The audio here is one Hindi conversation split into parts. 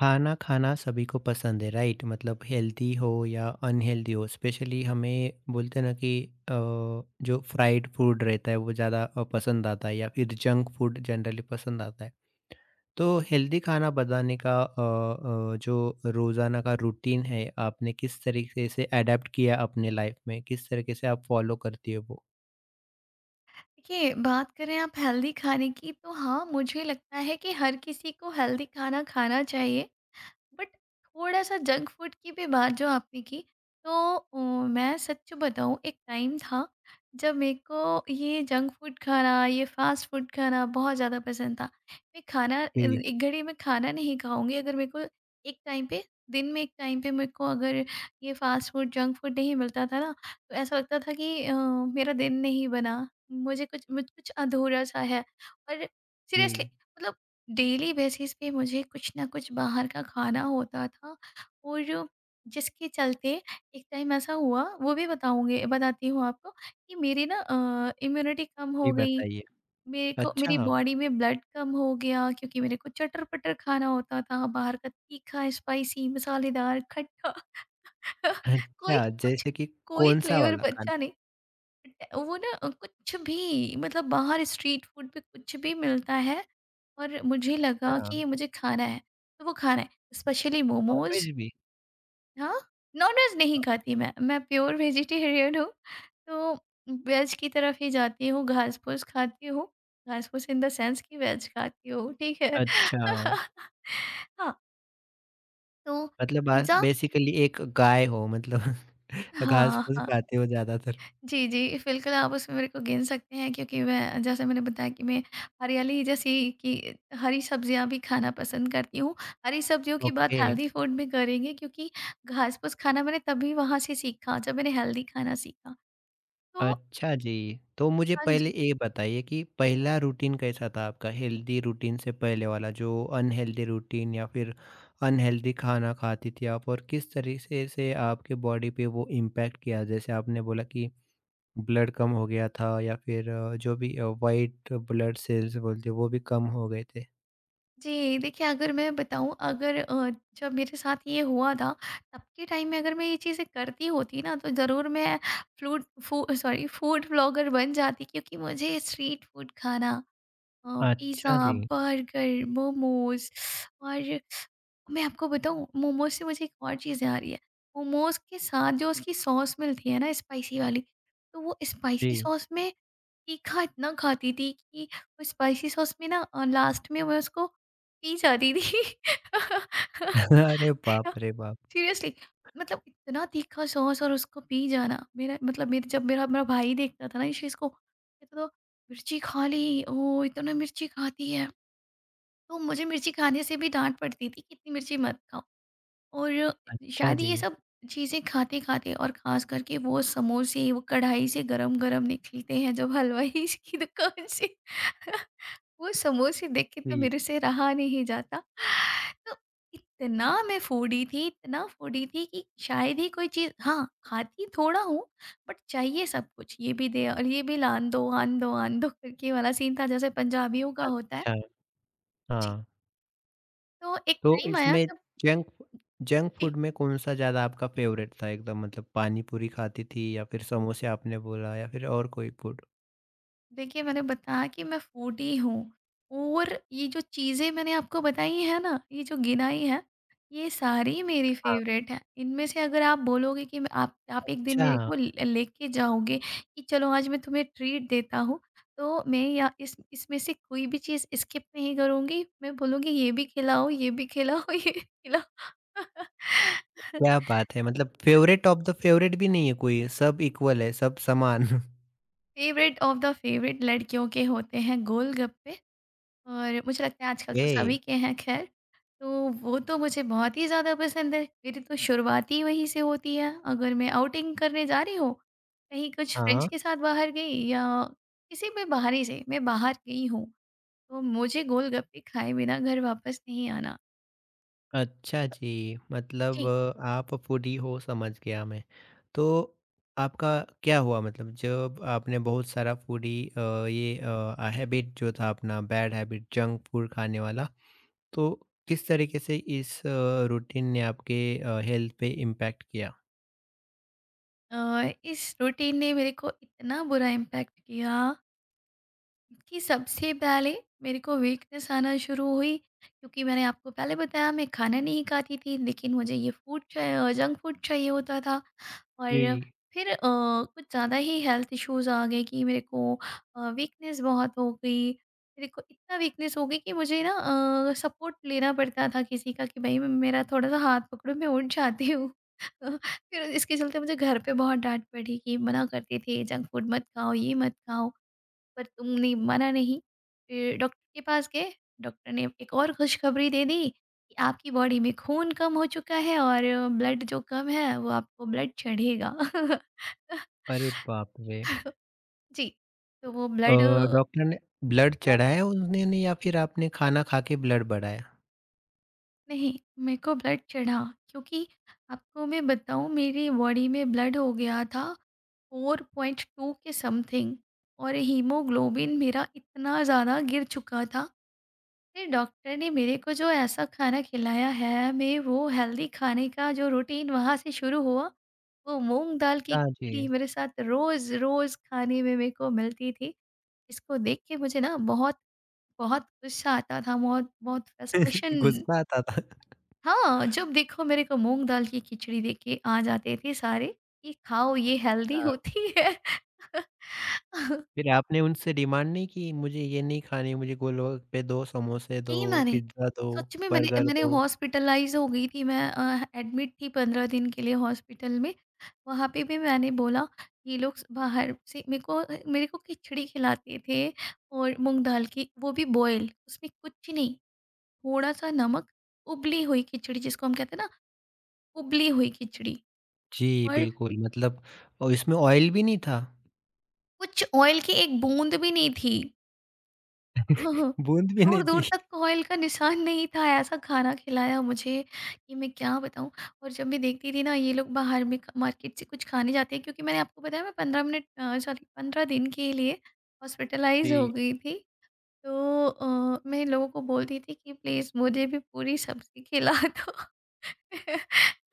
खाना खाना सभी को पसंद है, राइट? मतलब हेल्दी हो या अनहेल्दी हो, स्पेशली हमें बोलते हैं ना कि अ, जो फ्राइड फूड रहता है वो ज़्यादा पसंद आता है या फिर जंक फूड जनरली पसंद आता है। तो हेल्दी खाना बनाने का जो रोज़ाना का रूटीन है, आपने किस तरीके से अडेप्ट किया अपने लाइफ में, किस तरीके से आप फॉलो करती हो वो। देखिए, बात करें आप हेल्दी खाने की तो हाँ, मुझे लगता है कि हर किसी को हेल्दी खाना खाना चाहिए। बट थोड़ा सा जंक फूड की भी बात जो आपने की, तो अ, मैं सच बताऊँ, एक टाइम था जब मेरे को ये जंक फूड खाना, ये फास्ट फूड खाना बहुत ज़्यादा पसंद था। मैं खाना जी। एक घड़ी में खाना नहीं खाऊँगी अगर मेरे को एक टाइम पे, दिन में एक टाइम पे मेरे को अगर ये फास्ट फूड, जंक फूड नहीं मिलता था ना, तो ऐसा लगता था कि मेरा दिन नहीं बना। मुझ कुछ अधूरा-सा है। और सीरियसली जी। मतलब डेली बेसिस पे मुझे कुछ ना कुछ बाहर का खाना होता था। और जो जिसके चलते एक टाइम ऐसा हुआ, वो भी बताऊँगी बताती हूँ आपको कि मेरी ना इम्यूनिटी कम हो जी गई। बताइए। मेरे को मेरी अच्छा। बॉडी में ब्लड कम हो गया क्योंकि मेरे को चटर-पटर खाना होता था, बाहर का तीखा, स्पाइसी, मसालेदार, खट्टा। कोई अच्छा, कुछ जैसे कि कोई कौन सा फ्लेवर वाला खाना? बचा नहीं। वो ना कुछ भी, मतलब बाहर स्ट्रीट फूड पे कुछ भी मिलता है और मुझे लगा अच्छा, कि ये मुझे खाना है, तो वो खाना है। स्पेशली मोमोज़। नॉनवेज भी? हाँ, नॉन-वेज नहीं खाती मैं प्योर वेजिटेरियन हूँ, तो वेज की तरफ ही जाती हूँ, घास-फूस खाती हूँ। घास-फूस इन द सेंस कि वेज खाती हूँ, ठीक है। अच्छा, हाँ, तो मतलब आप पिज़्ज़ा। बेसिकली एक गाय हो मतलब हाँ, घास-फूस हाँ। खाते हो ज़्यादातर। जी, जी। बिल्कुल, आप उसमें मेरे को गिन सकते हैं क्योंकि मैं, जैसे मैंने बताया कि मैं हरियाली जैसी कि हरी सब्जियाँ भी खाना पसंद करती हूँ। हरी सब्जियों की बात ओके। हेल्दी फूड में करेंगे क्योंकि घास-फूस खाना मैंने तभी वहाँ से सीखा जब मैंने हेल्दी खाना सीखा। तो अच्छा जी। तो मुझे हाँ पहले जी। ये बताइए कि पहला रूटीन कैसा था आपका? हेल्दी रूटीन से पहले वाला जो अनहेल्दी रूटीन, या फिर अनहेल्दी खाना खाती थी आप, और किस तरीके से आपके बॉडी पे वो इम्पैक्ट किया? जैसे आपने बोला कि ब्लड कम हो गया था, या फिर जो भी व्हाइट ब्लड सेल्स बोलते हैं वो भी कम हो गए थे। जी, देखिए, अगर मैं बताऊँ, अगर अ, जब मेरे साथ ये हुआ था, तब के टाइम में अगर मैं ये चीज़ें करती होती ना, तो ज़रूर मैं फ्लूड फू सॉरी फूड ब्लॉगर बन जाती क्योंकि मुझे स्ट्रीट फूड खाना, अ, अच्छा पिज़्ज़ा, जी। बर्गर, मोमोज़। और मैं आपको बताऊँ, मोमोज़ से मुझे एक और चीज़ याद आ रही है। मोमोज़ के साथ जो उसकी सॉस मिलती है ना, स्पाइसी वाली, तो वो स्पाइसी जी। सॉस में तीखा इतना खाती थी कि वो स्पाइसी सॉस में ना लास्ट में मैं उसको पी जाती थी। अरे बाप रे बाप! सीरियसली, मतलब इतना तीखा सॉस और उसको पी जाना, मेरा मतलब, मेरे जब मेरा मेरा भाई देखता था ना इस चीज़ को, कहता था मिर्ची खा ली, ओ इतना मिर्ची खाती है। तो मुझे मिर्ची खाने से भी डांट पड़ती थी कि इतनी मिर्ची मत। और अच्छा शायद जी। ये सब चीज़ें खाते-खाते और ख़ास करके वो समोसे, वो कढ़ाई से गरम-गरम निकलते हैं जब हलवाई की दुकान से, वो समोसे देख के तो जी। मेरे से रहा नहीं जाता। तो इतना मैं फूडी थी, इतना फूडी थी कि शायद ही कोई चीज़, हाँ, खाती थोड़ा हूँ बट चाहिए सब कुछ। ये भी दे और ये भी लान दो, आन दो, आन दो करके वाला सीन था जैसे पंजाबियों का होता है। अच्छा। जी। हाँ। तो एक तो टाइम आया इसमें जब, जंक जंक जी। फूड में कौन-सा ज़्यादा आपका फ़ेवरेट था एकदम? मतलब पानी पूरी खाती थी या फिर समोसे आपने बोला, या फिर और कोई फूड? देखिए, मैंने बताया कि मैं फूडी हूँ और ये जो चीज़ें मैंने आपको बताई है ना, ये जो गिनाई है, ये सारी मेरी हाँ। फ़ेवरेट हैं। इनमें से अगर आप बोलोगे कि मैं, आप एक दिन अच्छा। मेरे को ल लेके जाओगे कि चलो आज मैं तुम्हें ट्रीट देता हूँ, तो मैं या इस इसमें से कोई भी चीज़ स्किप नहीं करूँगी। मैं बोलूँगी ये भी खिलाओ, ये भी खिलाओ। क्या बात है! मतलब फ़ेवरेट ऑफ द फ़ेवरेट भी नहीं है कोई, सब इक्वल है, सब समान। फ़ेवरेट ऑफ द फ़ेवरेट लड़कियों के होते हैं, गोलगप्पे। और मुझे लगता है आजकल तो ओके। सभी के हैं खैर। तो वो तो मुझे बहुत ही ज़्यादा पसंद है। मेरी तो शुरुआत ही वहीं से होती है। अगर मैं आउटिंग करने जा रही हूँ, कहीं कुछ फ्रेंड्स हाँ। के साथ बाहर गई या किसी भी बाहरी से मैं बाहर गई हूँ, तो मुझे गोलगप्पे खाए बिना घर वापस नहीं आना। अच्छा जी, मतलब जी। आप फूडी हो, समझ गया मैं। तो आपका क्या हुआ, मतलब जब आपने बहुत सारा फूडी ये हैबिट जो था, अपना बैड हैबिट जंक फूड खाने वाला, तो किस तरीके से इस रूटीन ने आपके हेल्थ पे इम्पैक्ट किया? इस रूटीन ने मेरे को इतना बुरा इम्पैक्ट किया कि सबसे पहले मेरे को वीकनेस आना शुरू हुई क्योंकि मैंने आपको पहले बताया मैं खाना नहीं खाती थी लेकिन मुझे ये फूड चाहिए, जंक फूड चाहिए होता था। और जी। फिर कुछ ज़्यादा ही हेल्थ इश्यूज आ गए कि मेरे को वीकनेस बहुत हो गई, मेरे को इतना वीकनेस हो गई कि मुझे ना सपोर्ट लेना पड़ता था किसी का, कि भाई मेरा थोड़ा सा हाथ पकड़ो, मैं उठ जाती हूँ। फिर इसके चलते मुझे घर पे बहुत डांट पड़ी कि मना करते थे जंक फूड मत खाओ, ये मत खाओ, पर तुमने माना नहीं। फिर डॉक्टर के पास गए, डॉक्टर ने एक और खुशखबरी दे दी कि आपकी बॉडी में खून कम हो चुका है और ब्लड जो कम है वो आपको ब्लड चढ़ेगा। अरे बाप रे! जी, तो वो अ, ब्लड डॉक्टर ने ब्लड चढ़ा, चढ़ाया उन्होंने, या फिर आपने खाना खा के ब्लड बढ़ाया? नहीं, मेरे को ब्लड चढ़ा क्योंकि आपको मैं बताऊँ मेरी बॉडी में ब्लड हो गया था 4.2 के समथिंग, और हीमोग्लोबिन मेरा इतना ज़्यादा गिर चुका था। फिर डॉक्टर ने मेरे को जो ऐसा खाना खिलाया है, मैं, वो हेल्दी खाने का जो रूटीन वहाँ से शुरू हुआ, वो मूँग दाल की हाँ खिचड़ी जी। मेरे साथ रोज़-रोज़ खाने में मेरे को मिलती थी। इसको देख के मुझे ना बहुत बहुत गुस्सा आता था, बहुत बहुत फ्रस्ट्रेशन। गुस्सा आता था। हाँ, जब देखो मेरे को मूँग दाल की खिचड़ी देख के आ जाते थे सारे कि खाओ, ये हेल्दी होती है। फिर आपने उनसे डिमांड नहीं की, मुझे ये नहीं खानी, मुझे गोलगप्पे दो, समोसे दो, की मैंने, पिज़्ज़ा दो, सच में मैंने बर्गर मैंने दो? हॉस्पिटलाइज़ हो गई थी, मैं एडमिट थी 15 दिन के लिए हॉस्पिटल में। वहाँ पे भी मैंने बोला, ये लोग बाहर से मेरे को खिचड़ी खिलाते थे, और मूँग दाल की, वो भी बॉयल, उसमें कुछ नहीं, थोड़ा-सा नमक, उबली हुई खिचड़ी जिसको हम कहते हैं ना, उबली हुई खिचड़ी। जी, और बिल्कुल मतलब और इसमें ऑयल भी नहीं था। कुछ ऑयल की एक बूँद भी नहीं थी। हाँ, बूँद भी नहीं दूर-दूर थी। तक ऑयल का निशान नहीं था, ऐसा खाना खिलाया मुझे कि मैं क्या बताऊँ। और जब मैं देखती थी ना ये लोग बाहर में क मार्केट से कुछ खाने जाते हैं, क्योंकि मैंने आपको बताया मैं 15 मिनट सॉरी 15 दिन के लिए हॉस्पिटलाइज़ हो जी। गई थी। तो मैं लोगों को बोलती थी कि प्लीज़ मुझे भी पूरी सब्ज़ी खिला दो।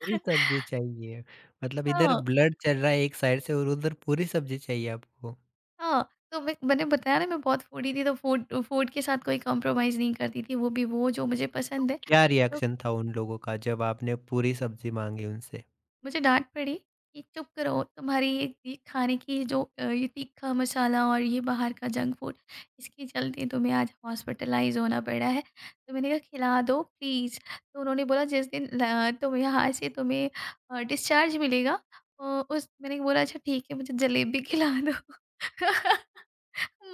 पूरी सब्ज़ी चाहिए, मतलब इधर हाँ, ब्लड चल रहा है एक साइड से और उधर पूरी सब्ज़ी चाहिए आपको। हाँ, तो मैं, मैंने बताया ना मैं बहुत फूडी थी तो फूड फूड के साथ कोई कॉम्प्रोमाइज़ नहीं करती थी, वो भी वो जो मुझे पसंद है। क्या तो रिएक्शन था उन लोगों का जब आपने पूरी सब्ज़ी माँगी उनसे? मुझे डाँट पड़ी कि चुप करो, तुम्हारी ये खाने की जो ये तीखा मसाला और ये बाहर का जंक फूड, इसके चलते तुम्हें आज हॉस्पिटलाइज होना पड़ा है। तो मैंने कहा खिला दो प्लीज़, तो उन्होंने बोला जिस दिन तुम यहाँ से तुम्हें डिस्चार्ज मिलेगा। अ, उस मैंने बोला अच्छा ठीक है, मुझे जलेबी खिला दो।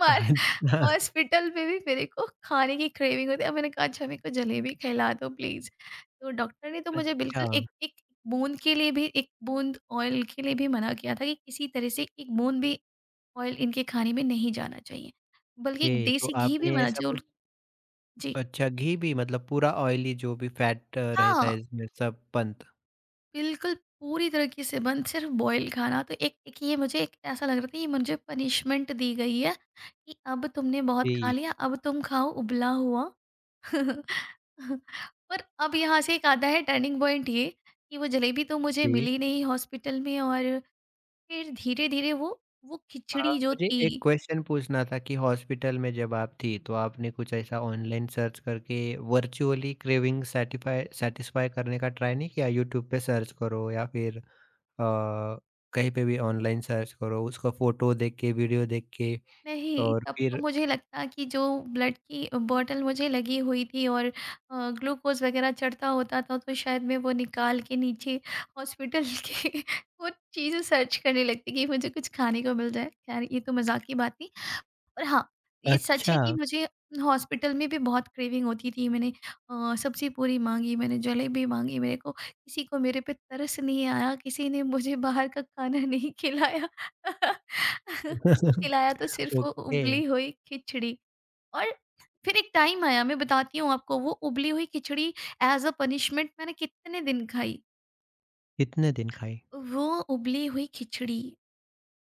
मार, अच्छा। हॉस्पिटल में भी मेरे को खाने की क्रेविंग होती है, अब मैंने कहा अच्छा मेरे को जलेबी खिला दो प्लीज तो डॉक्टर ने तो मुझे अच्छा। बिल्कुल एक एक बूंद के लिए भी, एक बूंद ऑयल के लिए भी मना किया था कि किसी तरह से एक बूंद भी ऑयल इनके खाने में नहीं जाना चाहिए, बल्कि एक ओके, तो देसी घी भी आपने मना, ऐसा जो, कुछ। जी अच्छा, घी भी? मतलब पूरा ऑयली जो भी फैट रहता हाँ, है इसमें सब बनता। बिल्कुल पूरी तरीके से बंद, सिर्फ बॉयल खाना। तो एक एक ये मुझे, एक ऐसा लग रहा था ये मुझे पनिशमेंट दी गई है कि अब तुमने बहुत खा जी। लिया, अब तुम खाओ उबला हुआ। और अब यहाँ से एक आता है टर्निंग पॉइंट, ये कि वो जलेबी तो मुझे जी। मिली नहीं हॉस्पिटल में। और फिर धीरे-धीरे वो खिचड़ी जो मुझे थी, एक क्वेश्चन पूछना था कि हॉस्पिटल में जब आप थी, तो आपने कुछ ऐसा ऑनलाइन सर्च करके वर्चुअली क्रेविंग सैटिफ़ाई सैटिस्फाई करने का ट्राई नहीं किया? यूट्यूब पे सर्च करो या फिर कहीं पे भी ऑनलाइन सर्च करो, उसका फ़ोटो देख के, वीडियो देख के, नहीं, और तब तो फिर। मुझे लगता कि जो ब्लड की बॉटल मुझे लगी हुई थी और ग्लूकोज़ वगैरह चढ़ता होता था, तो शायद मैं वो निकाल के नीचे हॉस्पिटल के वो चीज़ें सर्च करने लगती कि मुझे कुछ खाने को मिल जाए। खैर, ये तो मज़ाक की बात थी। और हाँ, ये सच है अच्छा। कि मुझे हॉस्पिटल में भी बहुत क्रेविंग होती थी। मैंने सब्ज़ी पूरी माँगी, मैंने जलेबी माँगी, मेरे को, किसी को मेरे पे तरस नहीं आया, किसी ने मुझे बाहर का खाना नहीं खिलाया। खिलाया तो सिर्फ़ वो ओके। उबली हुई खिचड़ी। और फिर एक टाइम आया, मैं बताती हूँ आपको, वो उबली हुई खिचड़ी एज़ अ पनिशमेंट मैंने कितने दिन खाई। कितने दिन खाई? वो उबली हुई खिचड़ी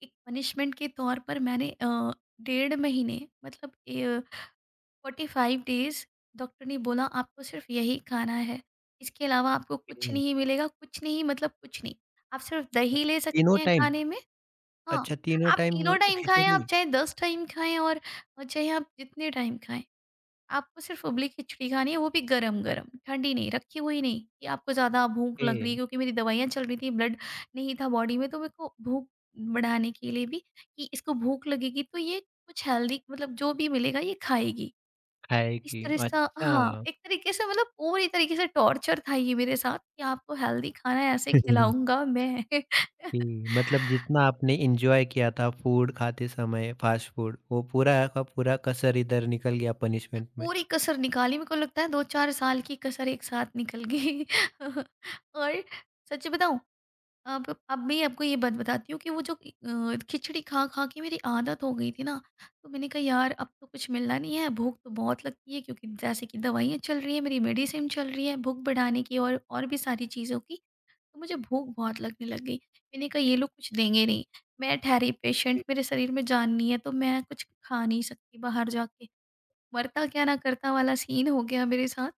एक पनिशमेंट के तौर पर मैंने डेढ़ महीने, मतलब ए 45 डेज़, डॉक्टर ने बोला आपको सिर्फ यही खाना है। इसके अलावा आपको कुछ ओके, नहीं मिलेगा, कुछ नहीं मतलब कुछ नहीं। आप सिर्फ दही ले तीनों सकते हैं टाइम? खाने में। हाँ, अच्छा, तीनों आप टाइम तीनों टाइम खाएँ, आप खिचड़ी? चाहे 10 टाइम खाएँ, और चाहे आप जितने टाइम खाएँ। आपको सिर्फ उबली खिचड़ी खानी है, वो भी गरम-गरम, ठंडी नहीं, रखी हुई नहीं, कि आपको ज़्यादा भूख लग रही है, ओके। क्योंकि मेरी दवाइयाँ चल रही थी, ब्लड नहीं था बॉडी में, तो मेरे को भूख बढ़ाने के लिए भी, कि इसको भूख लगेगी तो ये कुछ हेल्दी, मतलब जो भी मिलेगा ये खाएगी। इस खाएगी, तरह सा, हाँ, अच्छा। एक तरीके से, मतलब पूरी तरीके से टॉर्चर था ये मेरे साथ कि आपको हेल्दी खाना ऐसे खिलाऊँगा मैं। जी, मतलब जितना आपने एन्जॉय किया था फूड खाते समय फास्ट फूड, वो पूरा का पूरा कसर इधर निकल गया पनिशमेंट में। पूरी कसर निकाली, मेरे को लगता है 2-4 साल की कसर एक साथ निकल गई। और सच बताऊँ। अब मैं आपको ये बात बताती हूँ कि वो जो खिचड़ी खा-खा के मेरी आदत हो गई थी ना, तो मैंने कहा यार अब तो कुछ मिलना नहीं है, भूख तो बहुत लगती है क्योंकि जैसे कि दवाइयाँ चल रही हैं, मेरी मेडिसिन चल रही है, भूख बढ़ाने की और भी सारी चीज़ों की। तो मुझे भूख बहुत लगने लग गई। मैंने कहा ये लोग कुछ देंगे नहीं। मैं ठहरी पेशेंट, मेरे शरीर में जान नहीं है तो मैं कुछ खा नहीं सकती बाहर जाके। मरता क्या ना करता वाला सीन हो गया मेरे साथ।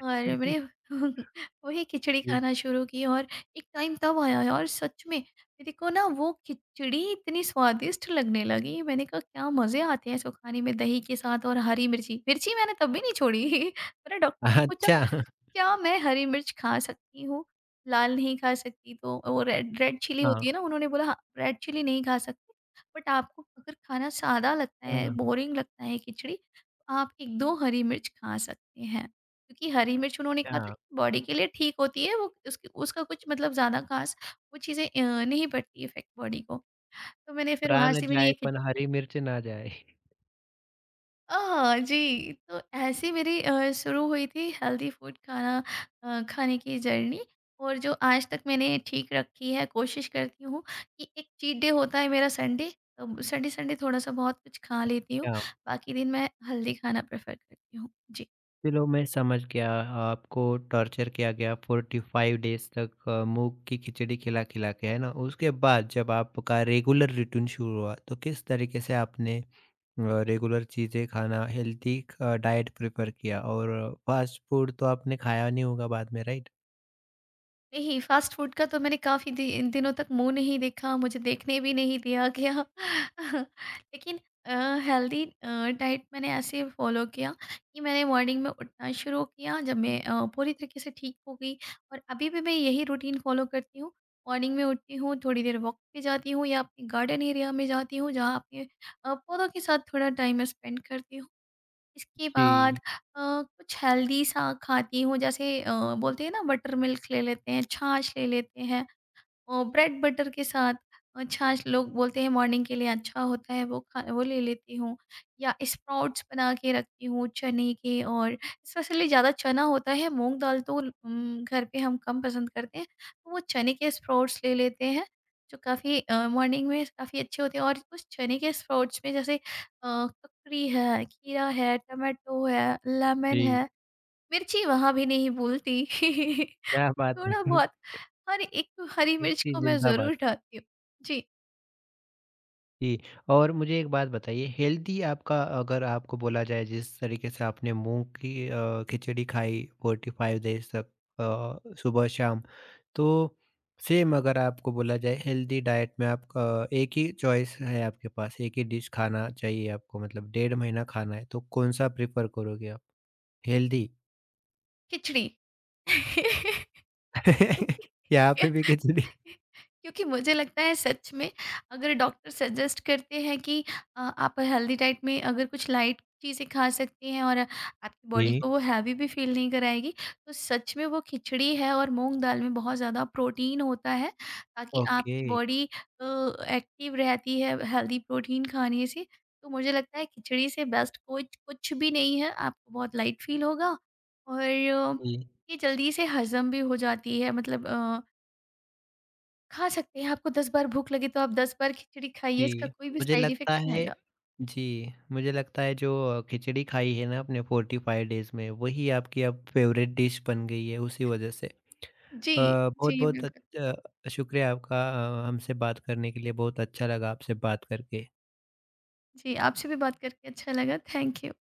और मैंने वही खिचड़ी जी। खाना शुरू की। और एक टाइम तब आया, यार सच में मेरे को ना वो खिचड़ी इतनी स्वादिष्ट लगने लगी। मैंने कहा क्या मज़े आते हैं इसको खाने में दही के साथ। और हरी मिर्ची, मैंने तब भी नहीं छोड़ी। मैंने डॉक्टर से पूछा अच्छा। क्या मैं हरी मिर्च खा सकती हूँ, लाल नहीं खा सकती तो वो रेड, चिली हाँ। होती है ना। उन्होंने बोला हाँ, रेड चिली नहीं खा सकते, बट आपको अगर खाना सादा लगता है, हाँ। बोरिंग लगता है खिचड़ी, तो आप एक दो हरी मिर्च खा सकते हैं क्योंकि हरी मिर्च उन्होंने कहा था अच्छा। कि बॉडी के लिए ठीक होती है। वो उसकी उसका कुछ मतलब ज़्यादा ख़ास वो चीज़ें नहीं पड़ती इफ़ेक्ट बॉडी को। तो मैंने फिर वहाँ प्राण से मेरी ये जाए खि पर हरी मिर्च ना जाए। जी, तो ऐसे मेरी शुरू हुई थी हेल्दी फूड खाना खाने की जर्नी। और जो आज तक मैंने ठीक रखी है, कोशिश करती हूँ कि एक चीट डे होता है मेरा संडे। संडे-संडे थोड़ा-सा बहुत कुछ खा लेती हूँ, अच्छा, बाकी दिन मैं हेल्दी खाना प्रेफ़र करती हूँ। जी। चलो मैं समझ गया आपको टॉर्चर किया गया 45 डेज़ तक मूँग की खिचड़ी खिला-खिला के, है ना? उसके बाद जब आपका रेगुलर रूटीन शुरू हुआ, तो किस तरीके से आपने रेगुलर चीज़ें खाना, हेल्दी डाइट प्रेफर किया? और फास्ट फूड तो आपने खाया नहीं होगा बाद में, राइट? नहीं, फ़ास्ट फ़ूड का तो मैंने काफ़ी दि इन दिनों तक मुँह नहीं देखा, मुझे देखने भी नहीं दिया गया। लेकिन अ, हेल्दी डाइट मैंने ऐसे फ़ॉलो किया कि मैंने मॉर्निंग में उठना शुरू किया जब मैं पूरी तरीके से ठीक हो गई। और अभी भी मैं यही रूटीन फ़ॉलो करती हूँ। मॉर्निंग में उठती हूँ, थोड़ी देर वॉक पे जाती हूँ या अपने गार्डन एरिया में जाती हूँ, जहाँ अपने पौधों के साथ थोड़ा टाइम स्पेंड करती हूँ। इसके बाद जी। कुछ हेल्दी सा खाती हूँ। जैसे बोलते हैं ना बटर मिल्क ले लेते हैं, छाछ ले लेते हैं ब्रेड बटर के साथ। छाछ लोग बोलते हैं मॉर्निंग के लिए अच्छा होता है, वो खा वो ले लेती हूँ। या स्प्राउट्स बना के रखती हूँ चने के। और स्पेशली ज़्यादा चना होता है, मूंग दाल तो घर पे हम कम पसंद करते हैं, तो वो चने के स्प्राउट्स ले लेते हैं जो काफ़ी मॉर्निंग में काफ़ी अच्छे होते हैं। और उस चने के स्प्राउट्स में जैसे ककड़ी है, खीरा है, टमाटो है, लेमन जी। है, मिर्ची वहाँ भी नहीं भूलती। क्या बात है! थोड़ा बहुत, हर एक हरी मिर्च मिर्ची को मैं जिंदाबाद। ज़रूर डालती हूँ। जी, जी। और मुझे एक बात बताइए, हेल्दी आपका अगर आपको बोला जाए जिस तरीके से आपने मूँग की खिचड़ी खाई 45 डेज़ तक, सुबह-शाम, तो सेम अगर आपको बोला जाए हेल्दी डाइट में, आप एक ही चॉइस है आपके पास, एक ही डिश खाना चाहिए आपको, मतलब 1.5 महीना खाना है, तो कौन-सा प्रेफ़र करोगे आप? हेल्दी? खिचड़ी। यहाँ पे भी खिचड़ी? क्योंकि मुझे लगता है सच में अगर डॉक्टर सजेस्ट करते हैं कि आप हेल्दी डाइट में अगर कुछ लाइट चीज़ें खा सकते हैं और आपकी जी। बॉडी को वो हैवी भी फील नहीं कराएगी, तो सच में वो खिचड़ी है। और मूंग दाल में बहुत ज़्यादा प्रोटीन होता है, ताकि ओके। आपकी बॉडी एक्टिव रहती है हेल्दी प्रोटीन खाने से। तो मुझे लगता है खिचड़ी से बेस्ट कुछ कुछ भी नहीं है, आपको बहुत लाइट फील होगा। और जी। ये जल्दी से हजम भी हो जाती है। मतलब खा सकते हैं, आपको 10 बार भूख लगी तो आप 10 बार खिचड़ी खाइए, इसका जी, कोई भी मुझे साइड इफ़ेक्ट लगता नहीं है आएगा। जी, मुझे लगता है जो खिचड़ी खाई है ना आपने 45 डेज़ में, वही आपकी अब फ़ेवरेट डिश बन गई है उसी वजह से। जी, जी, बहुत-बहुत बिल्कुल। शुक्रिया आपका हमसे बात करने के लिए, बहुत अच्छा लगा आपसे बात करके। जी, आपसे भी बात करके अच्छा लगा। Thank you.